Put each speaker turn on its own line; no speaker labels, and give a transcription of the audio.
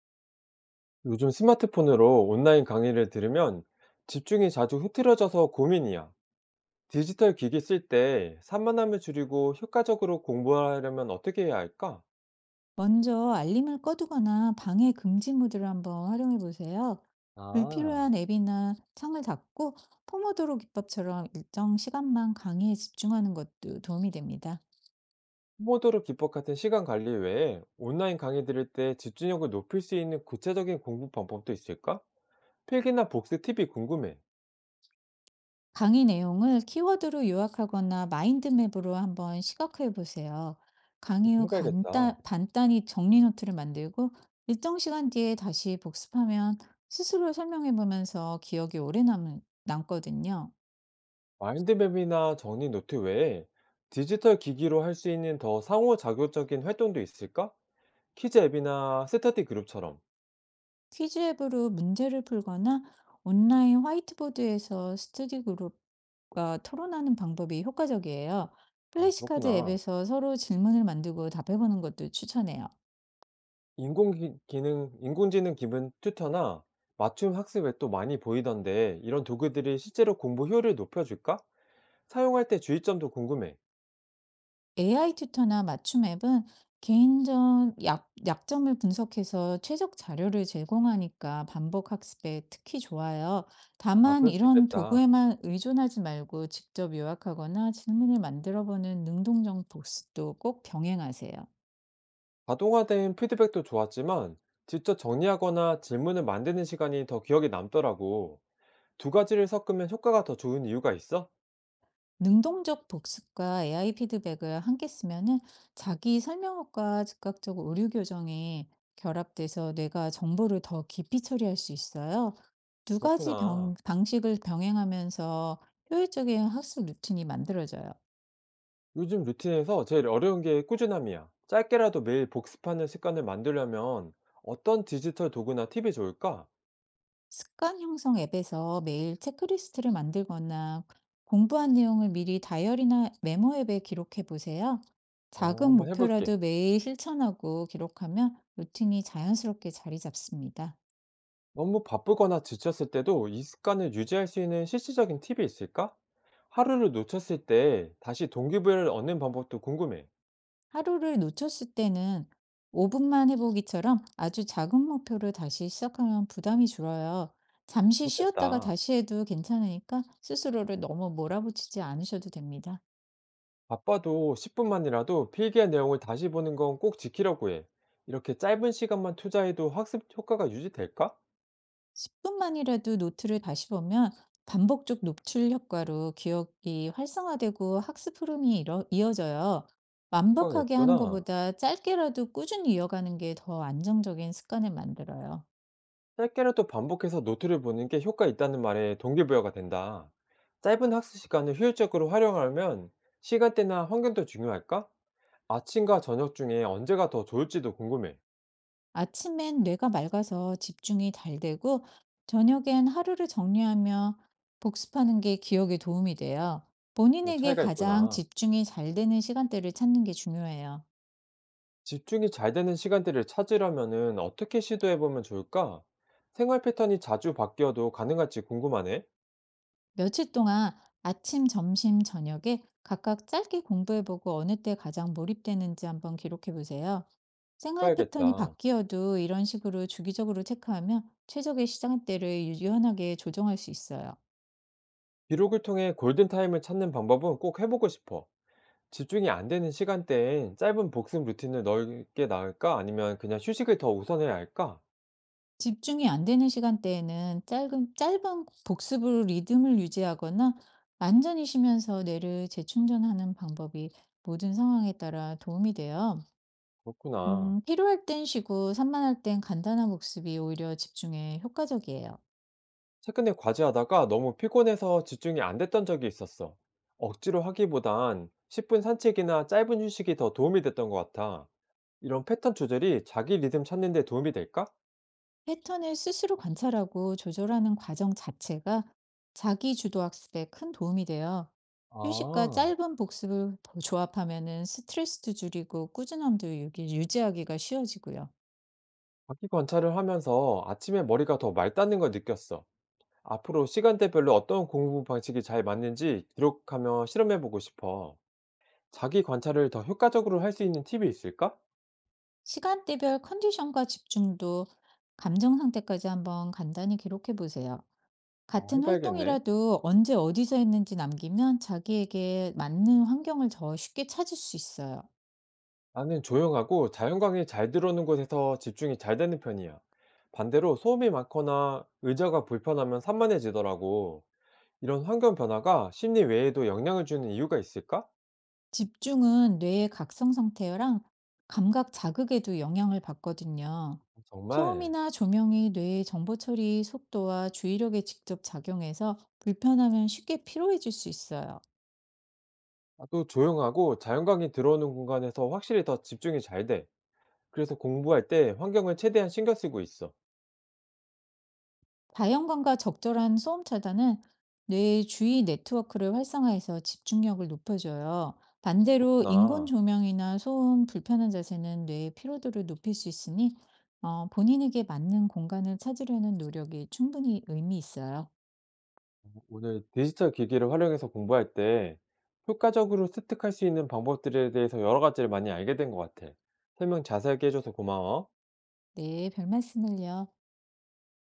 요즘 스마트폰으로 온라인 강의를 들으면 집중이 자주 흐트러져서 고민이야. 디지털 기기 쓸 때 산만함을 줄이고 효과적으로 공부하려면 어떻게 해야 할까?
먼저 알림을 꺼두거나 방해 금지 모드를 한번 활용해 보세요.
아,
불필요한 앱이나 창을 닫고 포모도로 기법처럼 일정 시간만 강의에 집중하는 것도 도움이 됩니다.
포모도로 기법 같은 시간 관리 외에 온라인 강의 들을 때 집중력을 높일 수 있는 구체적인 공부 방법도 있을까? 필기나 복습 팁이 궁금해.
강의 내용을 키워드로 요약하거나 마인드맵으로 한번 시각화해 보세요. 강의
그것도
후
해봐야겠다.
간단히 정리 노트를 만들고 일정 시간 뒤에 다시 복습하면 스스로 설명해 보면서 기억이 오래 남거든요.
마인드맵이나 정리 노트 외에 디지털 기기로 할 수 있는 더 상호작용적인 활동도 있을까? 키즈 앱이나 스터디 그룹처럼.
퀴즈 앱으로 문제를 풀거나 온라인 화이트보드에서 스터디 그룹과 토론하는 방법이 효과적이에요.
아,
플래시카드
그렇구나.
앱에서 서로 질문을 만들고 답해보는 것도 추천해요.
인공기 능 인공지능 기분 튜터나 맞춤 학습 앱도 많이 보이던데 이런 도구들이 실제로 공부 효율을 높여줄까? 사용할 때 주의점도 궁금해.
AI 튜터나 맞춤 앱은 개인전 약점을 분석해서 최적 자료를 제공하니까 반복 학습에 특히 좋아요.
아,
다만
그럴 수
이런
있겠다.
도구에만 의존하지 말고 직접 요약하거나 질문을 만들어 보는 능동적 복습도 꼭 병행하세요.
자동화된 피드백도 좋았지만 직접 정리하거나 질문을 만드는 시간이 더 기억에 남더라고. 두 가지를 섞으면 효과가 더 좋은 이유가 있어?
능동적 복습과 AI 피드백을 함께 쓰면은 자기 설명과 즉각적 오류 교정이 결합돼서 뇌가 정보를 더 깊이 처리할 수 있어요. 두 가지
그렇구나.
방식을 병행하면서 효율적인 학습 루틴이 만들어져요.
요즘 루틴에서 제일 어려운 게 꾸준함이야. 짧게라도 매일 복습하는 습관을 만들려면 어떤 디지털 도구나 팁이 좋을까?
습관 형성 앱에서 매일 체크리스트를 만들거나 공부한 내용을 미리 다이어리나 메모 앱에 기록해 보세요.
어,
작은
한번 해볼게.
목표라도 매일 실천하고 기록하면 루틴이 자연스럽게 자리 잡습니다.
너무 바쁘거나 지쳤을 때도 이 습관을 유지할 수 있는 실질적인 팁이 있을까? 하루를 놓쳤을 때 다시 동기부여를 얻는 방법도 궁금해.
하루를 놓쳤을 때는 5분만 해보기처럼 아주 작은 목표를 다시 시작하면 부담이 줄어요. 잠시 쉬었다가
그렇겠다.
다시 해도 괜찮으니까 스스로를 너무 몰아붙이지 않으셔도 됩니다.
바빠도 10분만이라도 필기한 내용을 다시 보는 건 꼭 지키려고 해. 이렇게 짧은 시간만 투자해도 학습 효과가 유지될까?
10분만이라도 노트를 다시 보면 반복적 노출 효과로 기억이 활성화되고 학습 흐름이 이어져요.
효과가
완벽하게 하는
있구나.
것보다 짧게라도 꾸준히 이어가는 게 더 안정적인 습관을 만들어요.
짧게라도 반복해서 노트를 보는 게 효과 있다는 말에 동기부여가 된다. 짧은 학습 시간을 효율적으로 활용하려면 시간대나 환경도 중요할까? 아침과 저녁 중에 언제가 더 좋을지도 궁금해.
아침엔 뇌가 맑아서 집중이 잘 되고, 저녁엔 하루를 정리하며 복습하는 게 기억에 도움이 돼요.
어,
본인에게
차이가
가장
있구나.
집중이 잘 되는 시간대를 찾는 게 중요해요.
집중이 잘 되는 시간대를 찾으려면은 어떻게 시도해보면 좋을까? 생활 패턴이 자주 바뀌어도 가능할지 궁금하네.
며칠 동안 아침, 점심, 저녁에 각각 짧게 공부해보고 어느 때 가장 몰입되는지 한번 기록해 보세요. 생활 패턴이
봐야겠다.
바뀌어도 이런 식으로 주기적으로 체크하면 최적의 시간대를 유연하게 조정할 수 있어요.
기록을 통해 골든타임을 찾는 방법은 꼭 해보고 싶어. 집중이 안 되는 시간대엔 짧은 복습 루틴을 넓게 나을까? 아니면 그냥 휴식을 더 우선해야 할까?
집중이 안 되는 시간대에는 짧은 복습으로 리듬을 유지하거나 완전히 쉬면서 뇌를 재충전하는 방법이 모든 상황에 따라 도움이 돼요.
그렇구나.
필요할 땐 쉬고 산만할 땐 간단한 복습이 오히려 집중에 효과적이에요.
최근에 과제하다가 너무 피곤해서 집중이 안 됐던 적이 있었어. 억지로 하기보단 10분 산책이나 짧은 휴식이 더 도움이 됐던 것 같아. 이런 패턴 조절이 자기 리듬 찾는 데 도움이 될까?
패턴을 스스로 관찰하고 조절하는 과정 자체가 자기 주도 학습에 큰 도움이 돼요. 휴식과
아,
짧은 복습을 조합하면은 스트레스도 줄이고 꾸준함도 유지하기가 쉬워지고요.
자기 관찰을 하면서 아침에 머리가 더 맑다는 걸 느꼈어. 앞으로 시간대별로 어떤 공부 방식이 잘 맞는지 기록하며 실험해보고 싶어. 자기 관찰을 더 효과적으로 할 수 있는 팁이 있을까?
시간대별 컨디션과 집중도, 감정 상태까지 한번 간단히 기록해 보세요.
아,
같은
해봐야겠네.
활동이라도 언제 어디서 했는지 남기면 자기에게 맞는 환경을 더 쉽게 찾을 수 있어요.
나는 조용하고 자연광이 잘 들어오는 곳에서 집중이 잘 되는 편이야. 반대로 소음이 많거나 의자가 불편하면 산만해지더라고. 이런 환경 변화가 심리 외에도 영향을 주는 이유가 있을까?
집중은 뇌의 각성 상태랑 감각 자극에도 영향을 받거든요.
정말.
소음이나 조명이 뇌의 정보 처리 속도와 주의력에 직접 작용해서 불편하면 쉽게 피로해질 수 있어요.
나도 조용하고 자연광이 들어오는 공간에서 확실히 더 집중이 잘 돼. 그래서 공부할 때 환경을 최대한 신경 쓰고 있어.
다양관과 적절한 소음 차단은 뇌의 주위 네트워크를 활성화해서 집중력을 높여줘요. 반대로 인공
그렇구나.
조명이나 소음 불편한 자세는 뇌의 피로도를 높일 수 있으니 본인에게 맞는 공간을 찾으려는 노력이 충분히 의미 있어요.
오늘 디지털 기기를 활용해서 공부할 때 효과적으로 습득할 수 있는 방법들에 대해서 여러 가지를 많이 알게 된 것 같아. 설명 자세하게 해줘서 고마워.
네, 별 말씀을요.